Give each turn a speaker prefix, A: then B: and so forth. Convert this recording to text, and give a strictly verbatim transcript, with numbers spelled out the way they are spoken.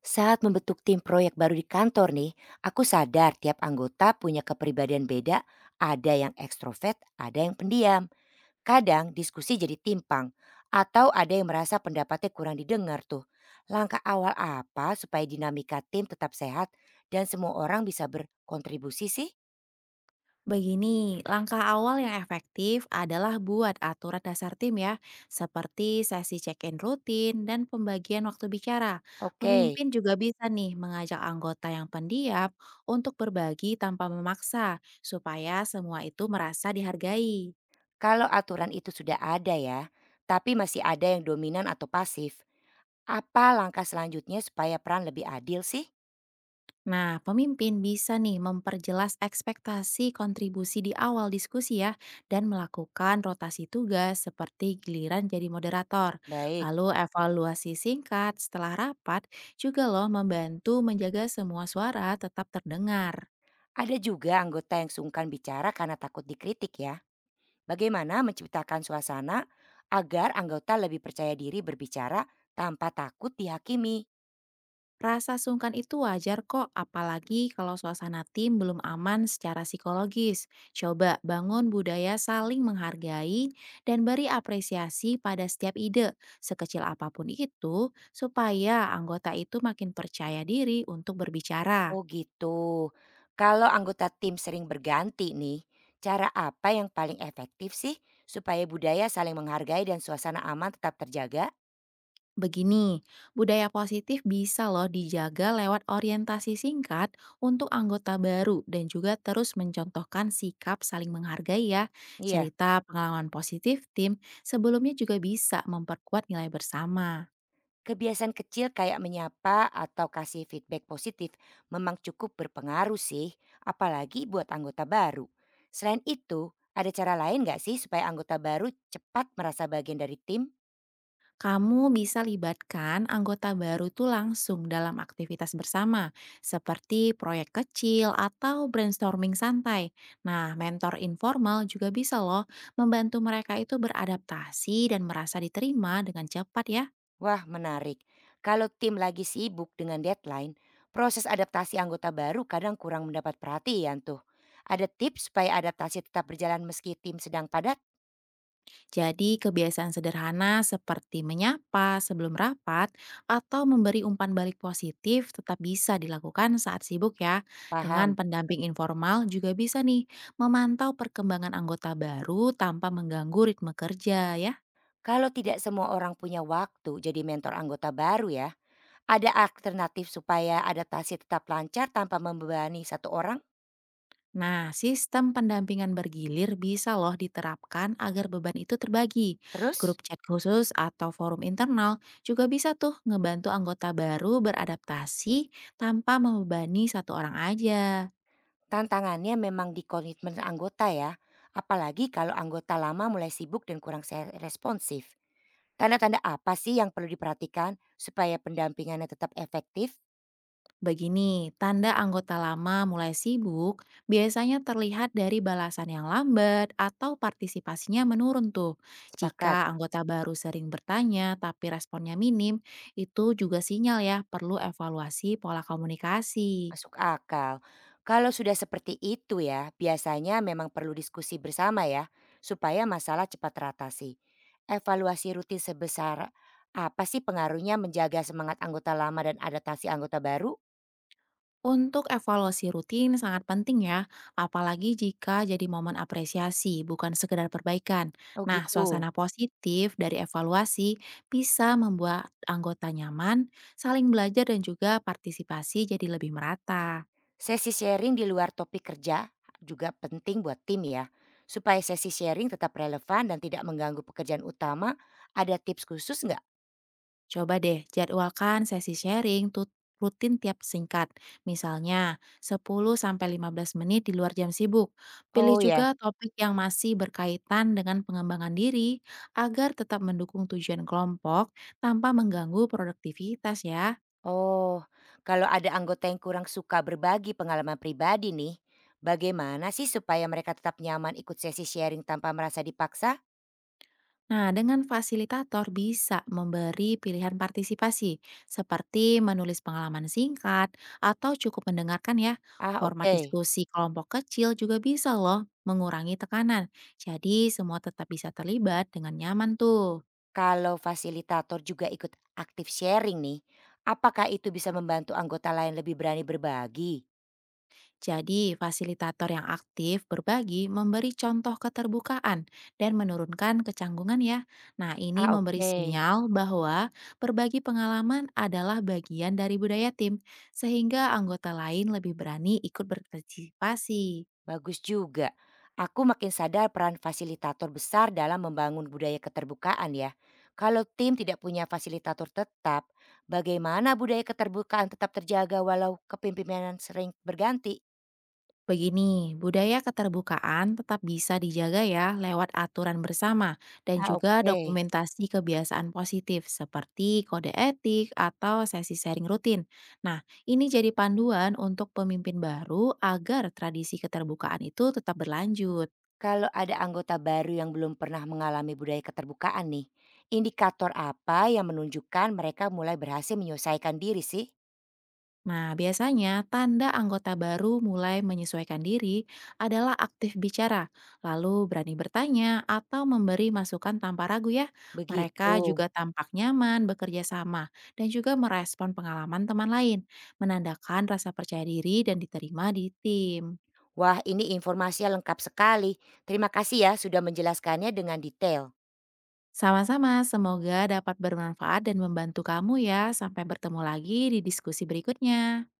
A: Saat membentuk tim proyek baru di kantor nih, aku sadar tiap anggota punya kepribadian beda, ada yang ekstrovert, ada yang pendiam. Kadang diskusi jadi timpang, atau ada yang merasa pendapatnya kurang didengar tuh. Langkah awal apa supaya dinamika tim tetap sehat dan semua orang bisa berkontribusi sih?
B: Begini, langkah awal yang efektif adalah buat aturan dasar tim ya, seperti sesi check-in rutin dan pembagian waktu bicara.
A: Oke,
B: Pemimpin juga bisa nih mengajak anggota yang pendiam untuk berbagi tanpa memaksa, supaya semua itu merasa dihargai.
A: kalau aturan itu sudah ada ya, tapi masih ada yang dominan atau pasif. Apa langkah selanjutnya supaya peran lebih adil sih?
B: Nah, pemimpin bisa nih memperjelas ekspektasi kontribusi di awal diskusi ya, dan melakukan rotasi tugas seperti giliran jadi moderator.
A: Baik.
B: Lalu evaluasi singkat setelah rapat juga loh membantu menjaga semua suara tetap terdengar.
A: Ada juga anggota yang sungkan bicara karena takut dikritik ya. Bagaimana menciptakan suasana agar anggota lebih percaya diri berbicara tanpa takut dihakimi?
B: Rasa sungkan itu wajar kok, apalagi kalau suasana tim belum aman secara psikologis. Coba bangun budaya saling menghargai dan beri apresiasi pada setiap ide, sekecil apapun itu, supaya anggota itu makin percaya diri untuk berbicara.
A: Oh gitu. Kalau anggota tim sering berganti nih, cara apa yang paling efektif sih supaya budaya saling menghargai dan suasana aman tetap terjaga?
B: Begini, budaya positif bisa loh dijaga lewat orientasi singkat untuk anggota baru dan juga terus mencontohkan sikap saling menghargai ya.
A: Iya.
B: Cerita pengalaman positif tim sebelumnya juga bisa memperkuat nilai bersama.
A: Kebiasaan kecil kayak menyapa atau kasih feedback positif memang cukup berpengaruh sih, apalagi buat anggota baru. Selain itu, ada cara lain nggak sih supaya anggota baru cepat merasa bagian dari tim?
B: Kamu bisa libatkan anggota baru tuh langsung dalam aktivitas bersama, seperti proyek kecil atau brainstorming santai. Nah, mentor informal juga bisa loh membantu mereka itu beradaptasi dan merasa diterima dengan cepat ya.
A: Wah menarik, kalau tim lagi sibuk dengan deadline, proses adaptasi anggota baru kadang kurang mendapat perhatian tuh. Ada tips supaya adaptasi tetap berjalan meski tim sedang padat?
B: Jadi, kebiasaan sederhana seperti menyapa sebelum rapat atau memberi umpan balik positif tetap bisa dilakukan saat sibuk ya. Dengan
A: Paham.
B: pendamping informal juga bisa nih memantau perkembangan anggota baru tanpa mengganggu ritme kerja ya.
A: Kalau tidak semua orang punya waktu jadi mentor anggota baru ya, ada alternatif supaya adaptasi tetap lancar tanpa membebani satu orang?
B: Nah, sistem pendampingan bergilir bisa loh diterapkan agar beban itu terbagi.
A: Terus,
B: Grup chat khusus atau forum internal juga bisa tuh ngebantu anggota baru beradaptasi tanpa membebani satu orang aja.
A: tantangannya memang di komitmen anggota ya, apalagi kalau anggota lama mulai sibuk dan kurang se- responsif. Tanda-tanda apa sih yang perlu diperhatikan supaya pendampingannya tetap efektif?
B: Begini, tanda anggota lama mulai sibuk biasanya terlihat dari balasan yang lambat atau partisipasinya menurun tuh. Jika
A: Sepakat.
B: anggota baru sering bertanya tapi responnya minim, itu juga sinyal ya perlu evaluasi pola komunikasi.
A: Masuk akal. Kalau sudah seperti itu ya, biasanya memang perlu diskusi bersama ya, supaya masalah cepat teratasi. Evaluasi rutin sebesar apa sih pengaruhnya menjaga semangat anggota lama dan adaptasi anggota baru?
B: Untuk evaluasi rutin sangat penting ya, apalagi jika jadi momen apresiasi, bukan sekedar perbaikan.
A: Oh
B: Nah,
A: gitu.
B: suasana positif dari evaluasi bisa membuat anggota nyaman, saling belajar dan juga partisipasi jadi lebih merata.
A: Sesi sharing di luar topik kerja juga penting buat tim ya. Supaya sesi sharing tetap relevan dan tidak mengganggu pekerjaan utama, ada tips khusus nggak?
B: Coba deh jadwalkan sesi sharing tut- rutin tiap singkat, misalnya sepuluh sampai lima belas menit di luar jam sibuk. Pilih
A: Oh ya.
B: juga topik yang masih berkaitan dengan pengembangan diri agar tetap mendukung tujuan kelompok tanpa mengganggu produktivitas ya.
A: Oh, kalau ada anggota yang kurang suka berbagi pengalaman pribadi nih, bagaimana sih supaya mereka tetap nyaman ikut sesi sharing tanpa merasa dipaksa?
B: Nah, dengan fasilitator bisa memberi pilihan partisipasi, seperti menulis pengalaman singkat atau cukup mendengarkan ya.
A: Ah,
B: Format
A: oke.
B: diskusi kelompok kecil juga bisa loh mengurangi tekanan. Jadi semua tetap bisa terlibat dengan nyaman tuh.
A: Kalau fasilitator juga ikut aktif sharing nih, apakah itu bisa membantu anggota lain lebih berani berbagi?
B: Jadi, fasilitator yang aktif berbagi memberi contoh keterbukaan dan menurunkan kecanggungan ya. Nah, ini
A: Ah,
B: memberi
A: oke.
B: sinyal bahwa berbagi pengalaman adalah bagian dari budaya tim, sehingga anggota lain lebih berani ikut berpartisipasi.
A: Bagus juga. Aku makin sadar peran fasilitator besar dalam membangun budaya keterbukaan ya. Kalau tim tidak punya fasilitator tetap, bagaimana budaya keterbukaan tetap terjaga walau kepemimpinan sering berganti?
B: Begini, budaya keterbukaan tetap bisa dijaga ya lewat aturan bersama dan
A: Ah,
B: juga
A: oke.
B: dokumentasi kebiasaan positif seperti kode etik atau sesi sharing rutin. Nah, ini jadi panduan untuk pemimpin baru agar tradisi keterbukaan itu tetap berlanjut.
A: Kalau ada anggota baru yang belum pernah mengalami budaya keterbukaan nih, indikator apa yang menunjukkan mereka mulai berhasil menyelesaikan diri sih?
B: Nah, biasanya tanda anggota baru mulai menyesuaikan diri adalah aktif bicara, lalu berani bertanya atau memberi masukan tanpa ragu ya. Mereka
A: Begitu.
B: juga tampak nyaman bekerja sama dan juga merespon pengalaman teman lain, menandakan rasa percaya diri dan diterima di tim.
A: Wah, ini informasinya lengkap sekali. Terima kasih ya sudah menjelaskannya dengan detail.
B: Sama-sama, semoga dapat bermanfaat dan membantu kamu ya. Sampai bertemu lagi di diskusi berikutnya.